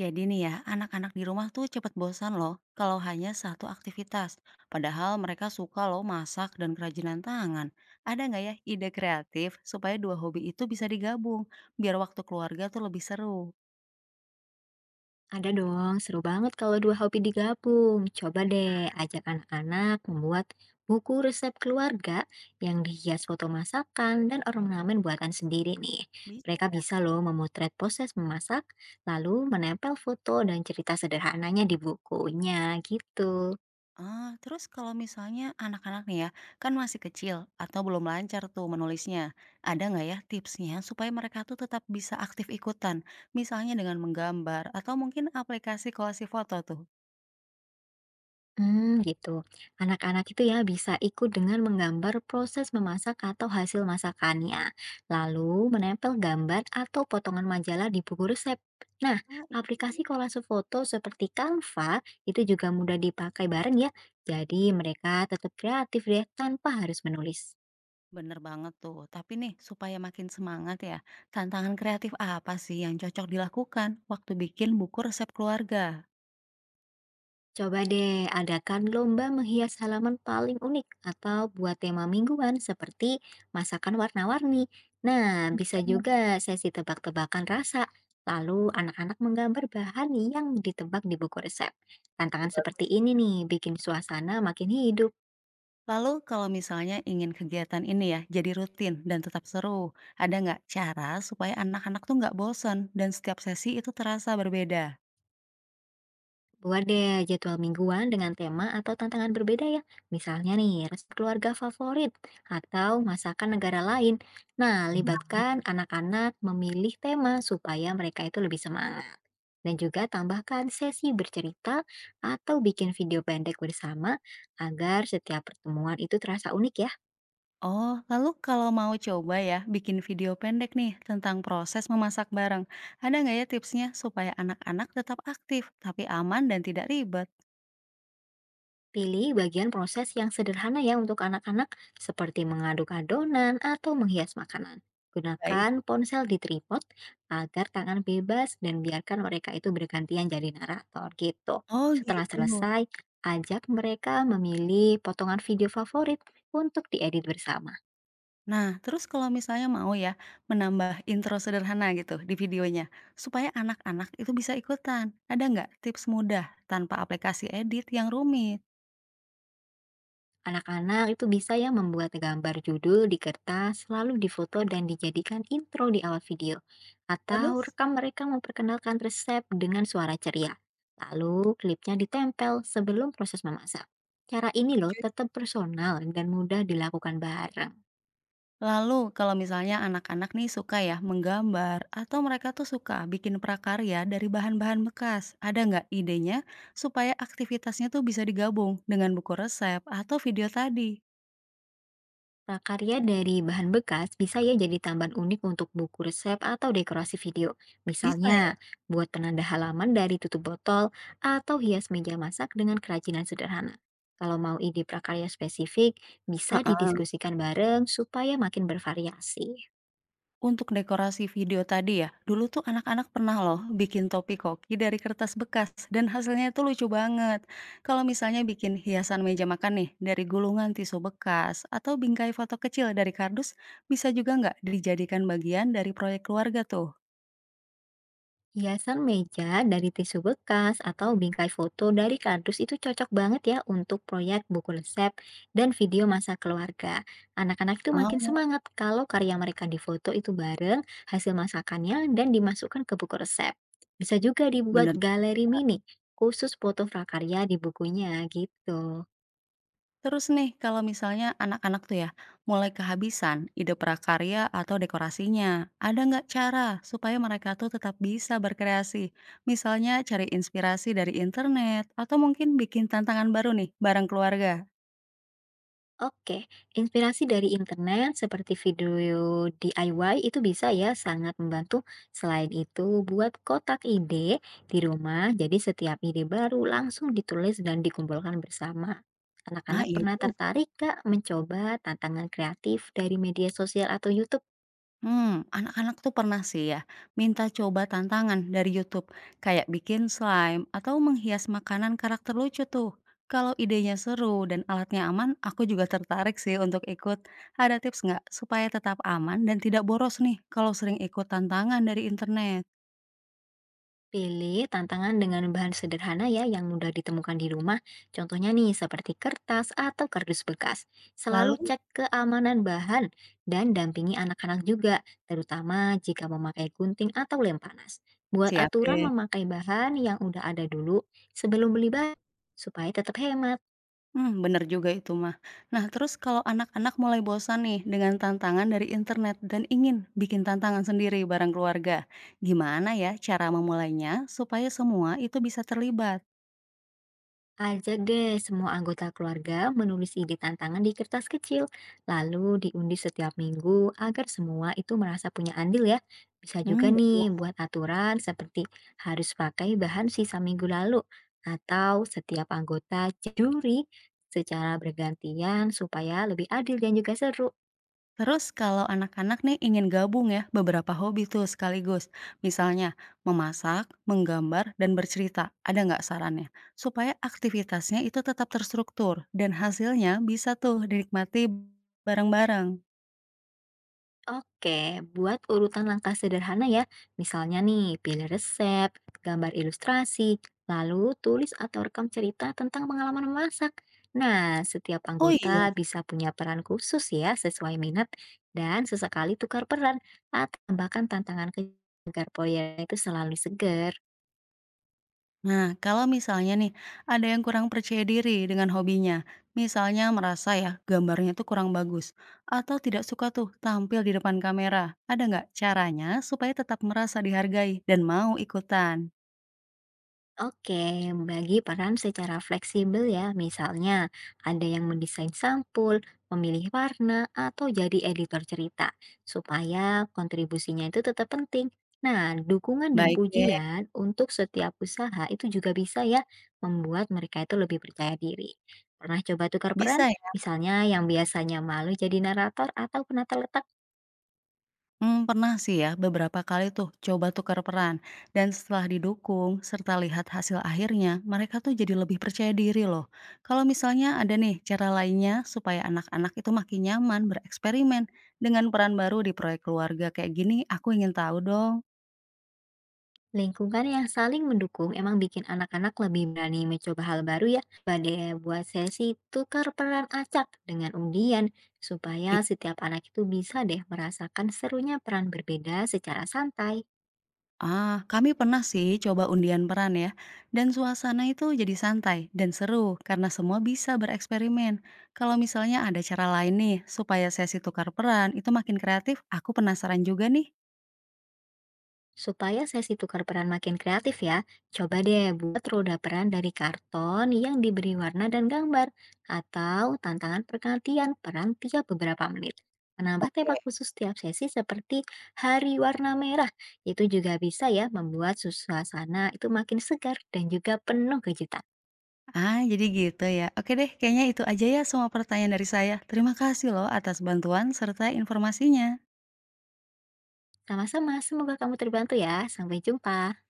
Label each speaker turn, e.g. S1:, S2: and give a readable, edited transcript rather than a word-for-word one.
S1: Jadi nih ya, anak-anak di rumah tuh cepet bosan loh kalau hanya satu aktivitas. Padahal mereka suka loh masak dan kerajinan tangan. Ada nggak ya ide kreatif supaya dua hobi itu bisa digabung, biar waktu keluarga tuh lebih seru?
S2: Ada dong, seru banget kalau dua hobi digabung. Coba deh ajak anak-anak membuat buku resep keluarga yang dihias foto masakan dan ornamen buatan sendiri nih.
S1: Bisa
S2: Mereka
S1: ya.
S2: bisa loh memotret proses memasak, lalu menempel foto dan cerita sederhananya di bukunya gitu.
S1: Ah, terus kalau misalnya anak-anak nih ya, kan masih kecil atau belum lancar tuh menulisnya. Ada nggak ya tipsnya supaya mereka tuh tetap bisa aktif ikutan? Misalnya dengan menggambar atau mungkin aplikasi kolasi foto tuh.
S2: Hmm, gitu. Anak-anak itu ya bisa ikut dengan menggambar proses memasak atau hasil masakannya, lalu menempel gambar atau potongan majalah di buku resep. Nah,
S1: Ah, iya.
S2: aplikasi kolase foto seperti Canva itu juga mudah dipakai bareng ya. Jadi mereka tetap kreatif deh tanpa harus menulis.
S1: Bener banget tuh. Tapi nih, supaya makin semangat ya, tantangan kreatif apa sih yang cocok dilakukan waktu bikin buku resep keluarga?
S2: Coba deh adakan lomba menghias halaman paling unik atau buat tema mingguan seperti masakan warna-warni. Nah, bisa
S1: Hmm,
S2: juga sesi tebak-tebakan rasa, lalu anak-anak menggambar bahan yang ditebak di buku resep.
S1: ide
S2: Tantangan
S1: bagus
S2: seperti
S1: sih.
S2: ini nih bikin suasana makin hidup.
S1: Lalu kalau misalnya ingin kegiatan ini ya jadi rutin dan tetap seru, ada nggak cara supaya anak-anak tuh nggak bosen dan setiap sesi itu terasa berbeda?
S2: Buat deh jadwal mingguan dengan tema atau tantangan berbeda ya. Misalnya nih, resep keluarga favorit atau masakan negara lain. Nah, libatkan anak-anak memilih tema supaya mereka itu lebih semangat. Dan juga tambahkan sesi bercerita atau bikin video pendek bersama agar setiap pertemuan itu terasa unik ya.
S1: Oh, lalu kalau mau coba ya bikin video pendek nih tentang proses memasak bareng, ada nggak ya tipsnya supaya anak-anak tetap aktif tapi aman dan tidak ribet?
S2: Pilih bagian proses yang sederhana ya untuk anak-anak, seperti mengaduk adonan atau menghias makanan.
S1: Baik.
S2: Gunakan ponsel di tripod agar tangan bebas dan biarkan mereka itu bergantian jadi narator gitu.
S1: Oh
S2: Setelah
S1: gitu.
S2: selesai, ajak mereka memilih potongan video favorit untuk diedit bersama.
S1: Nah, terus kalau misalnya mau ya, menambah intro sederhana gitu di videonya, supaya anak-anak itu bisa ikutan. Ada nggak tips mudah tanpa aplikasi edit yang rumit?
S2: Anak-anak itu bisa ya membuat gambar judul di kertas, lalu difoto dan dijadikan intro di awal video. Atau
S1: Terus,
S2: rekam mereka memperkenalkan resep dengan suara ceria. Lalu klipnya ditempel sebelum proses memasak. Cara ini loh
S1: setuju.
S2: tetap personal dan mudah dilakukan bareng.
S1: Lalu kalau misalnya anak-anak nih suka ya menggambar, atau mereka tuh suka bikin prakarya dari bahan-bahan bekas, ada nggak idenya supaya aktivitasnya tuh bisa digabung dengan buku resep atau video tadi?
S2: Prakarya dari bahan bekas bisa ya jadi tambahan unik untuk buku resep atau dekorasi video.
S1: Bisa ya?
S2: Misalnya, buat penanda halaman dari tutup botol atau hias meja masak dengan kerajinan sederhana. Kalau mau ide prakarya spesifik, bisa didiskusikan bareng supaya makin bervariasi.
S1: Untuk dekorasi video tadi ya, dulu tuh anak-anak pernah loh bikin topi koki dari kertas bekas dan hasilnya itu lucu banget. Kalau misalnya bikin hiasan meja makan nih dari gulungan tisu bekas atau bingkai foto kecil dari kardus, bisa juga nggak dijadikan bagian dari proyek keluarga tuh?
S2: Hiasan meja dari tisu bekas atau bingkai foto dari kardus itu cocok banget ya untuk proyek buku resep dan video masa keluarga. Anak-anak itu makin
S1: Oh,
S2: semangat kalau karya mereka difoto itu bareng hasil masakannya dan dimasukkan ke buku resep. Bisa juga
S1: bener.
S2: dibuat galeri mini khusus foto prakarya di bukunya gitu.
S1: Terus nih, kalau misalnya anak-anak tuh ya, mulai kehabisan ide prakarya atau dekorasinya, ada nggak cara supaya mereka tuh tetap bisa berkreasi? Misalnya cari inspirasi dari internet, atau mungkin bikin tantangan baru nih, bareng keluarga?
S2: Oke, inspirasi dari internet seperti video DIY itu bisa ya sangat membantu. Selain itu, buat kotak ide di rumah, jadi setiap ide baru langsung ditulis dan dikumpulkan bersama.
S1: Ah,
S2: Anak-anak
S1: iya
S2: pernah
S1: juga.
S2: tertarik gak mencoba tantangan kreatif dari media sosial atau YouTube?
S1: Hmm, anak-anak tuh pernah sih ya, minta coba tantangan dari YouTube, kayak bikin slime atau menghias makanan karakter lucu tuh. Kalau idenya seru dan alatnya aman, aku juga tertarik sih untuk ikut. Ada tips nggak supaya tetap aman dan tidak boros nih kalau sering ikut tantangan dari internet?
S2: Pilih tantangan dengan bahan sederhana ya yang mudah ditemukan di rumah. Contohnya nih seperti kertas atau kardus bekas. Selalu
S1: Lalu,
S2: cek keamanan bahan dan dampingi anak-anak juga, terutama jika memakai gunting atau lem panas. Buat
S1: siap
S2: aturan
S1: deh.
S2: memakai bahan yang udah ada dulu sebelum beli bahan supaya tetap hemat.
S1: Hmm, bener juga itu mah. Nah, terus kalau anak-anak mulai bosan nih dengan tantangan dari internet dan ingin bikin tantangan sendiri bareng keluarga, gimana ya cara memulainya supaya semua itu bisa terlibat?
S2: Ajak deh semua anggota keluarga menulis ide tantangan di kertas kecil, lalu diundi setiap minggu agar semua itu merasa punya andil ya. Bisa
S1: Hmm,
S2: juga
S1: betul.
S2: nih buat aturan seperti harus pakai bahan sisa minggu lalu atau setiap anggota juri secara bergantian supaya lebih adil dan juga seru.
S1: Terus kalau anak-anak nih ingin gabung ya beberapa hobi tuh sekaligus, misalnya memasak, menggambar, dan bercerita, ada nggak sarannya? Supaya aktivitasnya itu tetap terstruktur dan hasilnya bisa tuh dinikmati bareng-bareng.
S2: Oke, buat urutan langkah sederhana ya. Misalnya nih, pilih resep, gambar ilustrasi, lalu tulis atau rekam cerita tentang pengalaman memasak. Nah, setiap
S1: Oh, mhm,
S2: anggota
S1: iya?
S2: bisa punya peran khusus ya sesuai minat dan sesekali tukar peran atau tambahkan tantangan ke- agar proyek itu selalu seger.
S1: Nah, kalau misalnya nih, ada yang kurang percaya diri dengan hobinya, misalnya merasa ya gambarnya tuh kurang bagus, atau tidak suka tuh tampil di depan kamera, ada nggak caranya supaya tetap merasa dihargai dan mau ikutan?
S2: Oke, bagi peran secara fleksibel ya, misalnya ada yang mendesain sampul, memilih warna, atau jadi editor cerita, supaya kontribusinya itu tetap penting. Nah, dukungan dan
S1: Baik deh,
S2: pujian untuk setiap usaha itu juga bisa ya membuat mereka itu lebih percaya diri. Pernah coba tukar
S1: bisa
S2: peran?
S1: ya?
S2: Misalnya yang biasanya malu jadi narator atau penata letak.
S1: Hmm, pernah sih ya beberapa kali tuh coba tukar peran, dan setelah didukung serta lihat hasil akhirnya, mereka tuh jadi lebih percaya diri loh. Kalau misalnya ada nih cara lainnya supaya anak-anak itu makin nyaman bereksperimen dengan peran baru di proyek keluarga kayak gini, aku ingin tahu dong.
S2: Lingkungan yang saling mendukung emang bikin anak-anak lebih berani mencoba hal baru ya. Badai buat sesi tukar peran acak dengan undian supaya setiap anak itu bisa deh merasakan serunya peran berbeda secara santai.
S1: Ah, kami pernah sih coba undian peran ya, dan suasana itu jadi santai dan seru karena semua bisa bereksperimen. Kalau misalnya ada cara lain nih supaya sesi tukar peran itu makin kreatif, aku penasaran juga nih.
S2: Supaya sesi tukar peran makin kreatif ya, coba deh buat roda peran dari karton yang diberi warna dan gambar, atau tantangan pergantian peran tiap beberapa menit. Menambah
S1: Oke,
S2: tema khusus tiap sesi seperti Hari Warna Merah, itu juga bisa ya membuat suasana itu makin segar dan juga penuh kejutan.
S1: ah, jadi gitu ya. Oke deh, kayaknya itu aja ya semua pertanyaan dari saya. Terima kasih loh atas bantuan serta informasinya.
S2: Sama-sama, semoga kamu terbantu ya. Sampai jumpa.